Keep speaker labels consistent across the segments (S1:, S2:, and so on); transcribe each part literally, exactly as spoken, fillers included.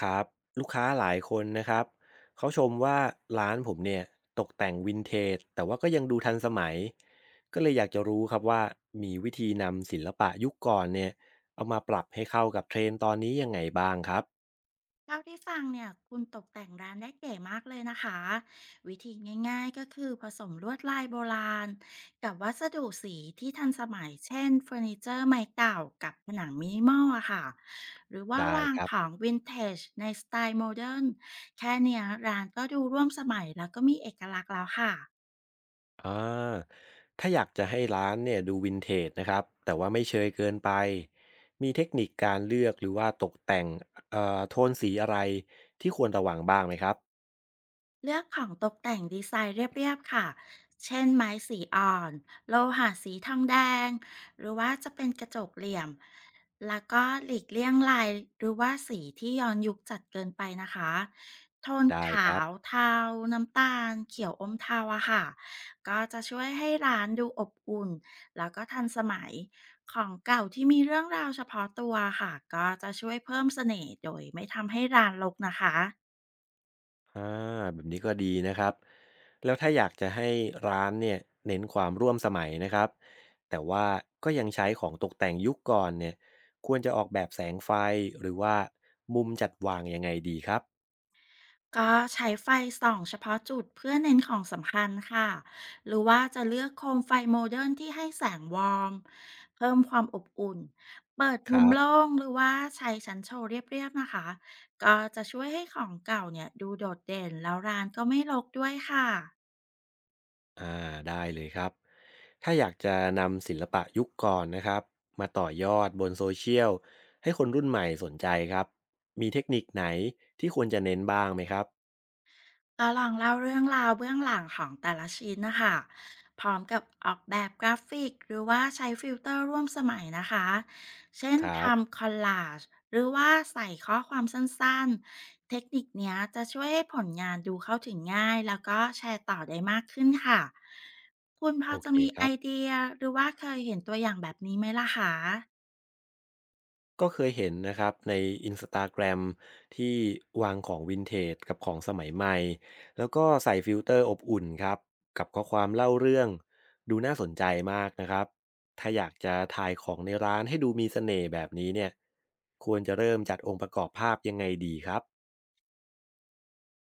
S1: ครับลูกค้าหลายคนนะครับเขาชมว่าร้านผมเนี่ยตกแต่งวินเทจแต่ว่าก็ยังดูทันสมัยก็เลยอยากจะรู้ครับว่ามีวิธีนำศิลปะยุคก่อนเนี่ยเอามาปรับให้เข้ากับเทรนด์ตอนนี้ยังไงบ้างครับ
S2: เท่าที่ฟังเนี่ยคุณตกแต่งร้านได้เก๋มากเลยนะคะวิธีง่ายๆก็คือผสมลวดลายโบราณกับวัสดุสีที่ทันสมัยเช่นเฟอร์นิเจอร์ไม้เก่ากับผนังมินิมอลอะค่ะหรือว่า
S1: ได้
S2: วาง
S1: ครับ
S2: ของวินเทจในสไตล์โมเดิร์นแค่เนี้ยร้านก็ดูร่วมสมัยแล้วก็มีเอกลักษณ์แล้วค่ะ
S1: อ่าถ้าอยากจะให้ร้านเนี่ยดูวินเทจนะครับแต่ว่าไม่เชยเกินไปมีเทคนิคการเลือกหรือว่าตกแต่งเอ่อโทนสีอะไรที่ควรระวังบ้างไหมครับ
S2: เลือกของตกแต่งดีไซน์เรียบๆค่ะ เช่นไม้สีอ่อนโลหะสีทองแดงหรือว่าจะเป็นกระจกเหลี่ยมแล้วก็หลีกเลี่ยงลายหรือว่าสีที่ย้อนยุคจัดเกินไปนะคะโทน
S1: ได้ค
S2: ขา
S1: รับ
S2: วเทาน้ำตาลเขียวอมเทาอะค่ะก็จะช่วยให้ร้านดูอบอุ่นแล้วก็ทันสมัยของเก่าที่มีเรื่องราวเฉพาะตัวค่ะก็จะช่วยเพิ่มเสน่ห์โดยไม่ทำให้ร้านรกนะคะ
S1: อาแบบนี้ก็ดีนะครับแล้วถ้าอยากจะให้ร้านเนี่ยเน้นความร่วมสมัยนะครับแต่ว่าก็ยังใช้ของตกแต่งยุคก่อนเนี่ยควรจะออกแบบแสงไฟหรือว่ามุมจัดวางยังไงดีครับ
S2: ก็ใช้ไฟส่องเฉพาะจุดเพื่อเน้นของสำคัญค่ะ หรือว่าจะเลือกโคมไฟโมเดิร์นที่ให้แสงวอร์มเพิ่มความอบอุ่น เปิด
S1: ค
S2: มุ
S1: รั
S2: ม
S1: บ
S2: โล่งหรือว่าใช้ชั้นโชว์เรียบๆนะคะ ก็จะช่วยให้ของเก่าเนี่ยดูโดดเด่นแล้วร้านก็ไม่รกด้วยค่ะ
S1: อาได้เลยครับถ้าอยากจะนำศิลปะยุคก่อนนะครับมาต่อยอดบนโซเชียลให้คนรุ่นใหม่สนใจครับมีเทคนิคไหนที่ควรจะเน้นบ้างไหมครับ
S2: เราลองเล่าเรื่องราวเบื้องหลังของแต่ละชิ้นนะคะพร้อมกับออกแบบกราฟิกหรือว่าใช้ฟิลเตอร์ร่วมสมัยนะคะเช่น
S1: ครับ
S2: ทำคอลลาจหรือว่าใส่ข้อความสั้นๆเทคนิคเนี้ยจะช่วยให้ผลงานดูเข้าถึงง่ายแล้วก็แชร์ต่อได้มากขึ้นค่ะคุณพอ
S1: โอ
S2: จะ
S1: เค
S2: มี
S1: ค
S2: ไอ
S1: รับ
S2: เดียหรือว่าเคยเห็นตัวอย่างแบบนี้ไหมล่ะคะ
S1: ก็เคยเห็นนะครับใน อินสตาแกรม ที่วางของวินเทจกับของสมัยใหม่แล้วก็ใส่ฟิลเตอร์อบอุ่นครับกับข้อความเล่าเรื่องดูน่าสนใจมากนะครับถ้าอยากจะถ่ายของในร้านให้ดูมีเสน่ห์แบบนี้เนี่ยควรจะเริ่มจัดองค์ประกอบภาพยังไงดีครับ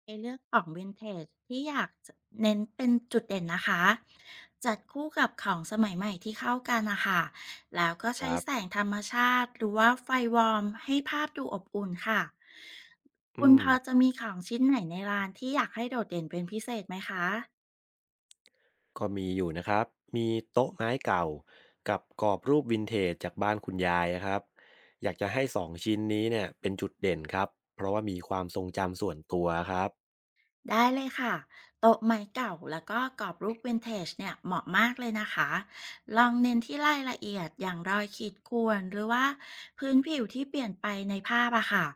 S2: ในเลือกของวินเทจที่อยากจะเน้นเป็นจุดเด่นนะคะจัดคู่กับของสมัยใหม่ที่เข้ากันนะคะแล้วก็
S1: ค
S2: ใช้
S1: รั
S2: แส
S1: บ
S2: งธรรมชาติหรือว่าไฟวอร์มให้ภาพดูอบอุ่นค่ะคุ
S1: อื
S2: ณพ
S1: ม
S2: อจะมีของชิ้นไหนในร้านที่อยากให้โดดเด่นเป็นพิเศษไหมคะ
S1: ก็มีอยู่นะครับมีโต๊ะไม้เก่ากับกรอบรูปวินเทจจากบ้านคุณยายอะครับอยากจะให้สองชิ้นนี้เนี่ยเป็นจุดเด่นครับเพราะว่ามีความทรงจำส่วนตัวครับ
S2: ได้เลยค่ะโต๊ะไม้เก่าแล้วก็กรอบรูปวินเทจเนี่ยเหมาะมากเลยนะคะ ลองเน้นที่รายละเอียดอย่างรอยขีดข่วนหรือว่าพื้นผิวที่เปลี่ยนไปในภาพอะค่ะ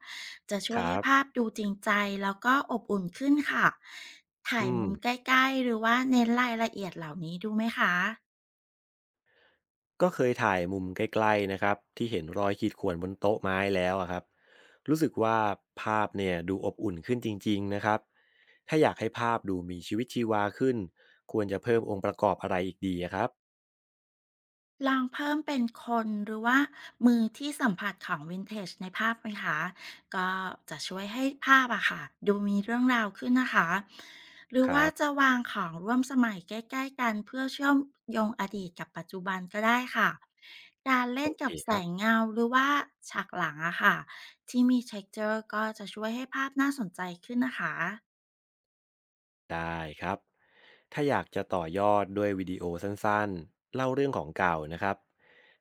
S2: จะช่
S1: ค
S2: วย
S1: รั
S2: ให้
S1: บ
S2: ภาพดูจริงใจแล้วก็อบอุ่นขึ้นค่ะ ถ่าย
S1: อืม
S2: มุมใกล้ๆหรือว่าเน้นรายละเอียดเหล่านี้ดูไหมคะ
S1: ก็เคยถ่ายมุมใกล้ๆนะครับที่เห็นรอยขีดข่วนบนโต๊ะไม้แล้วอะครับรู้สึกว่าภาพเนี่ยดูอบอุ่นขึ้นจริงๆนะครับถ้าอยากให้ภาพดูมีชีวิตชีวาขึ้นควรจะเพิ่มองค์ประกอบอะไรอีกดีอะครับ
S2: ลองเพิ่มเป็นคนหรือว่ามือที่สัมผัสของวินเทจในภาพไหมคะก็จะช่วยให้ภาพอะค่ะดูมีเรื่องราวขึ้นนะคะหรือ
S1: ครั
S2: ว่า
S1: บ
S2: จะวางของร่วมสมัยใกล้ๆกันเพื่อเชื่อมโยงอดีตกับปัจจุบันก็ได้ค่ะการเล่
S1: โอ
S2: น
S1: เค
S2: กับแส
S1: ครับ
S2: งเงาหรือว่าฉากหลังอะค่ะที่มี texture กเจอร์ก็จะช่วยให้ภาพน่าสนใจขึ้นนะคะ
S1: ได้ครับ ถ้าอยากจะต่อยอดด้วยวิดีโอสั้นๆ เล่าเรื่องของเก่านะครับ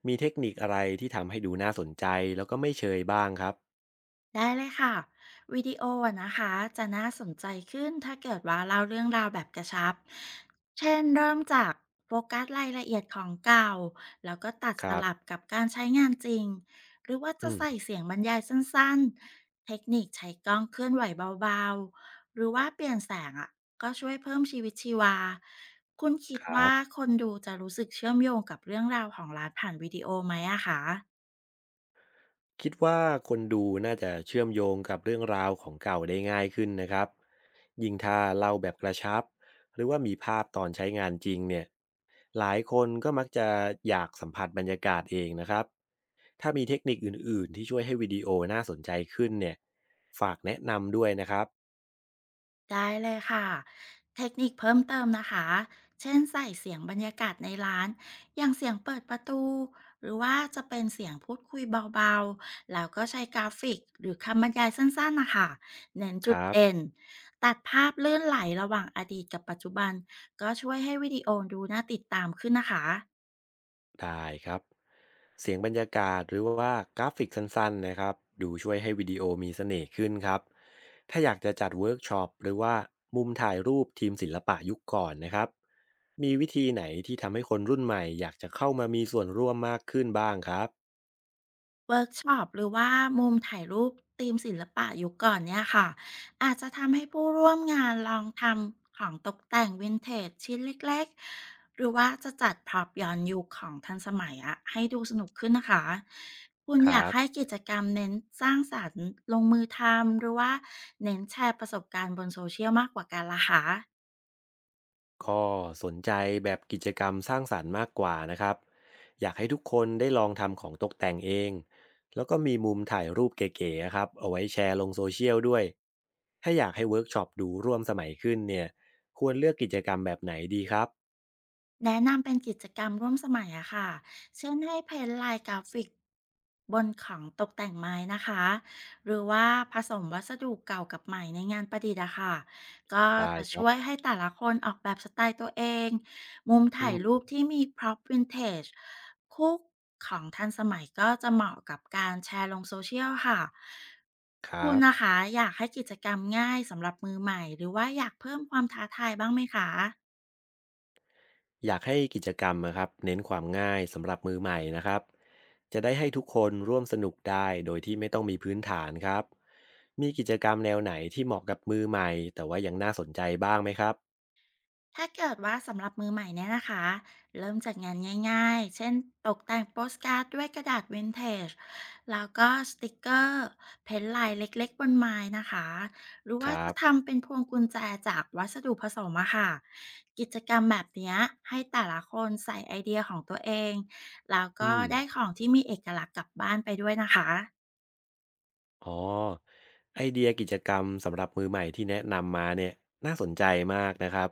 S1: มีเทคนิคอะไรที่ทำให้ดูน่าสนใจแล้วก็ไม่เชยบ้างครับ
S2: ได้เลยค่ะวิดีโออะนะคะจะน่าสนใจขึ้นถ้าเกิดว่าเล่าเรื่องราวแบบกระชับเช่นเริ่มจากโฟกัสรายละเอียดของเก่าแล้วก็ตัด
S1: ค
S2: ส
S1: รั
S2: ลับ
S1: บ
S2: กับการใช้งานจริงหรือว่าจะ
S1: อืม
S2: ใส่เสียงบรรยายสั้นๆเทคนิคใช้กล้องเคลื่อนไหวเบาๆหรือว่าเปลี่ยนแสงอ่ะก็ช่วยเพิ่มชีวิตชีวาคุณคิ
S1: ค
S2: ด
S1: รั
S2: ว่า
S1: บ
S2: คนดูจะรู้สึกเชื่อมโยงกับเรื่องราวของร้านผ่านวิดีโอไหมอะคะ
S1: คิดว่าคนดูน่าจะเชื่อมโยงกับเรื่องราวของเก่าได้ง่ายขึ้นนะครับยิ่งถ้าเล่าแบบกระชับหรือว่ามีภาพตอนใช้งานจริงเนี่ยหลายคนก็มักจะอยากสัมผัสบรรยากาศเองนะครับถ้ามีเทคนิคอื่นๆที่ช่วยให้วิดีโอน่าสนใจขึ้นเนี่ยฝากแนะนำด้วยนะครับ
S2: ได้เลยค่ะเทคนิคเพิ่มเติมนะคะเช่นใส่เสียงบรรยากาศในร้านอย่างเสียงเปิดประตูหรือว่าจะเป็นเสียงพูดคุยเบาๆแล้วก็ใช้กราฟิกหรือคำบรรยายสั้นๆนะคะเน้น
S1: ค
S2: จุด
S1: รับ
S2: เด่นตัดภาพเลื่อนไหลระหว่างอดีตกับปัจจุบันก็ช่วยให้วิดีโอดูน่าติดตามขึ้นนะคะ
S1: ได้ครับเสียงบรรยากาศหรือว่ากราฟิกสั้นๆนะครับดูช่วยให้วิดีโอมีเสน่ห์ขึ้นครับถ้าอยากจะจัดเวิร์กช็อปหรือว่ามุมถ่ายรูปทีมศิลปะยุคก่อนนะครับมีวิธีไหนที่ทำให้คนรุ่นใหม่อยากจะเข้ามามีส่วนร่วมมากขึ้นบ้างครับ
S2: เวิร์กช็อปหรือว่ามุมถ่ายรูปธีมศิลปะยุคก่อนเนี่ยค่ะอาจจะทำให้ผู้ร่วมงานลองทำของตกแต่งวินเทจชิ้นเล็กๆหรือว่าจะจัดพร็อพย้อนยุคของทันสมัยอะให้ดูสนุกขึ้นนะคะคุณ
S1: ค
S2: อยา
S1: รั
S2: ก
S1: บ
S2: ให้กิจกรรมเน้นสร้างสรรค์ลงมือทำหรือว่าเน้นแชร์ประสบการณ์บนโซเชียลมากกว่ากันล่ะคะ
S1: ก็สนใจแบบกิจกรรมสร้างสรรค์มากกว่านะครับอยากให้ทุกคนได้ลองทำของตกแต่งเองแล้วก็มีมุมถ่ายรูปเก๋ๆครับเอาไว้แชร์ลงโซเชียลด้วยถ้าอยากให้เวิร์กช็อปดูร่วมสมัยขึ้นเนี่ยควรเลือกกิจกรรมแบบไหนดีครับ
S2: แนะนำเป็นกิจกรรมร่วมสมัยอะค่ะเช่นให้เพ้นท์ลายกราฟิกบนของตกแต่งไม้นะคะ หรือว่าผสมวัสดุเก่ากับใหม่ในงานประดิษฐ์อะค่ะ ก็
S1: ได้
S2: จะ
S1: ครั
S2: ช่วย
S1: บ
S2: ให้แต่ละคนออกแบบสไตล์ตัวเองมุม
S1: อื
S2: ถ่ายรูป
S1: ม
S2: ที่มีพร็อพวินเทจคู่ของทันสมัยก็จะเหมาะกับการแชร์ลงโซเชียลค่ะ
S1: ครั
S2: คุณ
S1: บ
S2: นะคะอยากให้กิจกรรมง่ายสำหรับมือใหม่หรือว่าอยากเพิ่มความท้าทายบ้างไหมคะ
S1: อยากให้กิจกรรมนะครับเน้นความง่ายสำหรับมือใหม่นะครับจะได้ให้ทุกคนร่วมสนุกได้โดยที่ไม่ต้องมีพื้นฐานครับมีกิจกรรมแนวไหนที่เหมาะกับมือใหม่แต่ว่ายังน่าสนใจบ้างไหมครับ
S2: ถ้าเกิดว่าสำหรับมือใหม่เนี่ยนะคะ เริ่มจากงานง่ายๆ เช่นตกแต่งโปสการ์ดด้วยกระดาษวินเทจ แล้วก็สติกเกอร์ เพ้นท์ลายเล็กๆบนไม้นะคะ หรือ
S1: ค
S2: ว่า
S1: รั
S2: จะ
S1: บ
S2: ทำเป็นพวงกุญแจจากวัสดุผสมอะค่ะ กิจกรรมแบบเนี้ยให้แต่ละคนใส่ไอเดียของตัวเอง แล้วก็
S1: อืม
S2: ได้ของที่มีเอกลักษณ์กลับบ้านไปด้วยนะคะ
S1: อ๋อไอเดียกิจกรรมสำหรับมือใหม่ที่แนะนำมาเนี่ยน่าสนใจมากนะครับ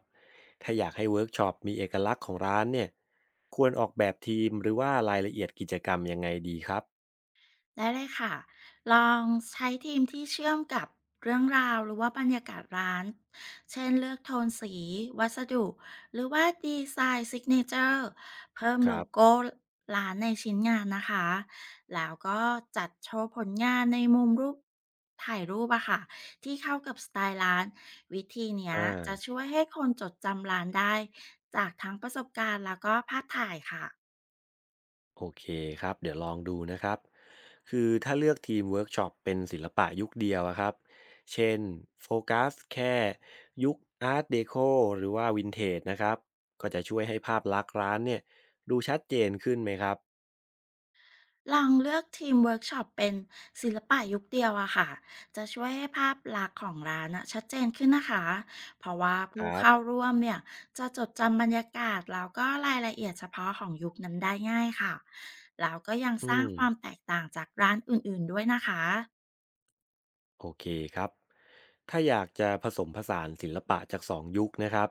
S1: ถ้าอยากให้เวิร์กช็อปมีเอกลักษณ์ของร้านเนี่ยควรออกแบบทีมหรือว่ารายละเอียดกิจกรรมยังไงดีครับ
S2: ได้เลยค่ะ ลองใช้ทีมที่เชื่อมกับเรื่องราวหรือว่าบรรยากาศร้าน เช่นเลือกโทนสีวัสดุหรือว่าดีไซน์ซิกเนเจอร์เพิ่ม
S1: ค
S2: โล
S1: รับ
S2: โก้ร้านในชิ้นงานนะคะ แล้วก็จัดโชว์ผลงานในมุมรูปถ่ายรูปอะค่ะที่เข้ากับสไตล์ร้านวิธีเนี้ยจะ
S1: อ่า
S2: ช่วยให้คนจดจำร้านได้จากทั้งประสบการณ์แล้วก็ภาพถ่ายค่ะ
S1: โอเคครับเดี๋ยวลองดูนะครับคือถ้าเลือกทีมเวิร์กช็อปเป็นศิลปะยุคเดียวอะครับเช่นโฟกัสแค่ยุคอาร์ตเดโคหรือว่าวินเทจนะครับก็จะช่วยให้ภาพลักษณ์ร้านเนี่ยดูชัดเจนขึ้นไหมครับ
S2: ลองเลือกทีมเวิร์กช็อปเป็นศิลปะยุคเดียวอะค่ะจะช่วยให้ภาพลักษณ์ของร้านอะชัดเจนขึ้นนะคะเพราะว่า
S1: ค
S2: ผู้
S1: รับ
S2: เข้าร่วมเนี่ยจะจดจำบรรยากาศแล้วก็รายละเอียดเฉพาะของยุคนั้นได้ง่ายค่ะแล้วก็ยัง
S1: อื
S2: สร้าง
S1: ม
S2: ความแตกต่างจากร้านอื่นๆด้วยนะคะ
S1: โอเคครับถ้าอยากจะผสมผสานศิลปะจากสองยุคนะครับ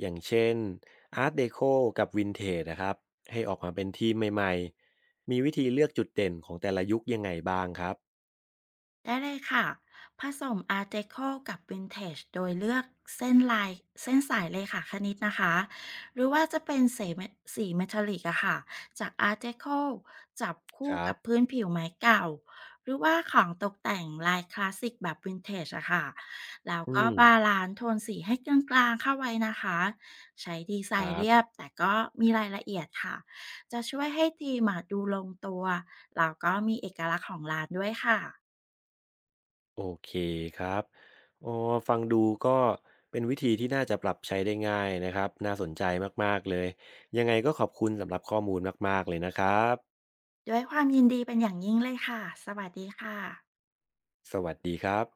S1: อย่างเช่นอาร์ตเดโคกับวินเทจนะครับให้ออกมาเป็นทีมใหม่ๆมีวิธีเลือกจุดเด่นของแต่ละยุคยังไงบ้างครับ
S2: ได้เลยค่ะผสมอาร์ e เดโคกับวินเทจโดยเลือกเส้นลายเส้นสายเลขาคณิตนะคะหรือว่าจะเป็นเสมสีเมทัลลิกอะค่ะจากอาร์ e เดโคจับ
S1: ค
S2: คู่
S1: รั
S2: กั
S1: บ
S2: บพื้นผิวไม้เก่าหรือว่าของตกแต่งลายคลาสสิกแบบวินเทจอะค่ะแล้ว
S1: อื
S2: ก็
S1: ม
S2: บาลานซ์โทนสีให้กลางๆเข้าไว้นะคะใช้ดีไซ
S1: ครั
S2: น์
S1: บ
S2: เรียบแต่ก็มีรายละเอียดค่ะจะช่วยให้ทีมอะดูลงตัวแล้วก็มีเอกลักษณ์ของร้านด้วยค่ะ
S1: โอเคครับโอ้ฟังดูก็เป็นวิธีที่น่าจะปรับใช้ได้ง่ายนะครับ น่าสนใจมากๆเลย ยังไงก็ขอบคุณสำหรับข้อมูลมากๆเลยนะครับ
S2: ด้วยความยินดีเป็นอย่างยิ่งเลยค่ะ สวัสดีค่ะ
S1: สวัสดีครับ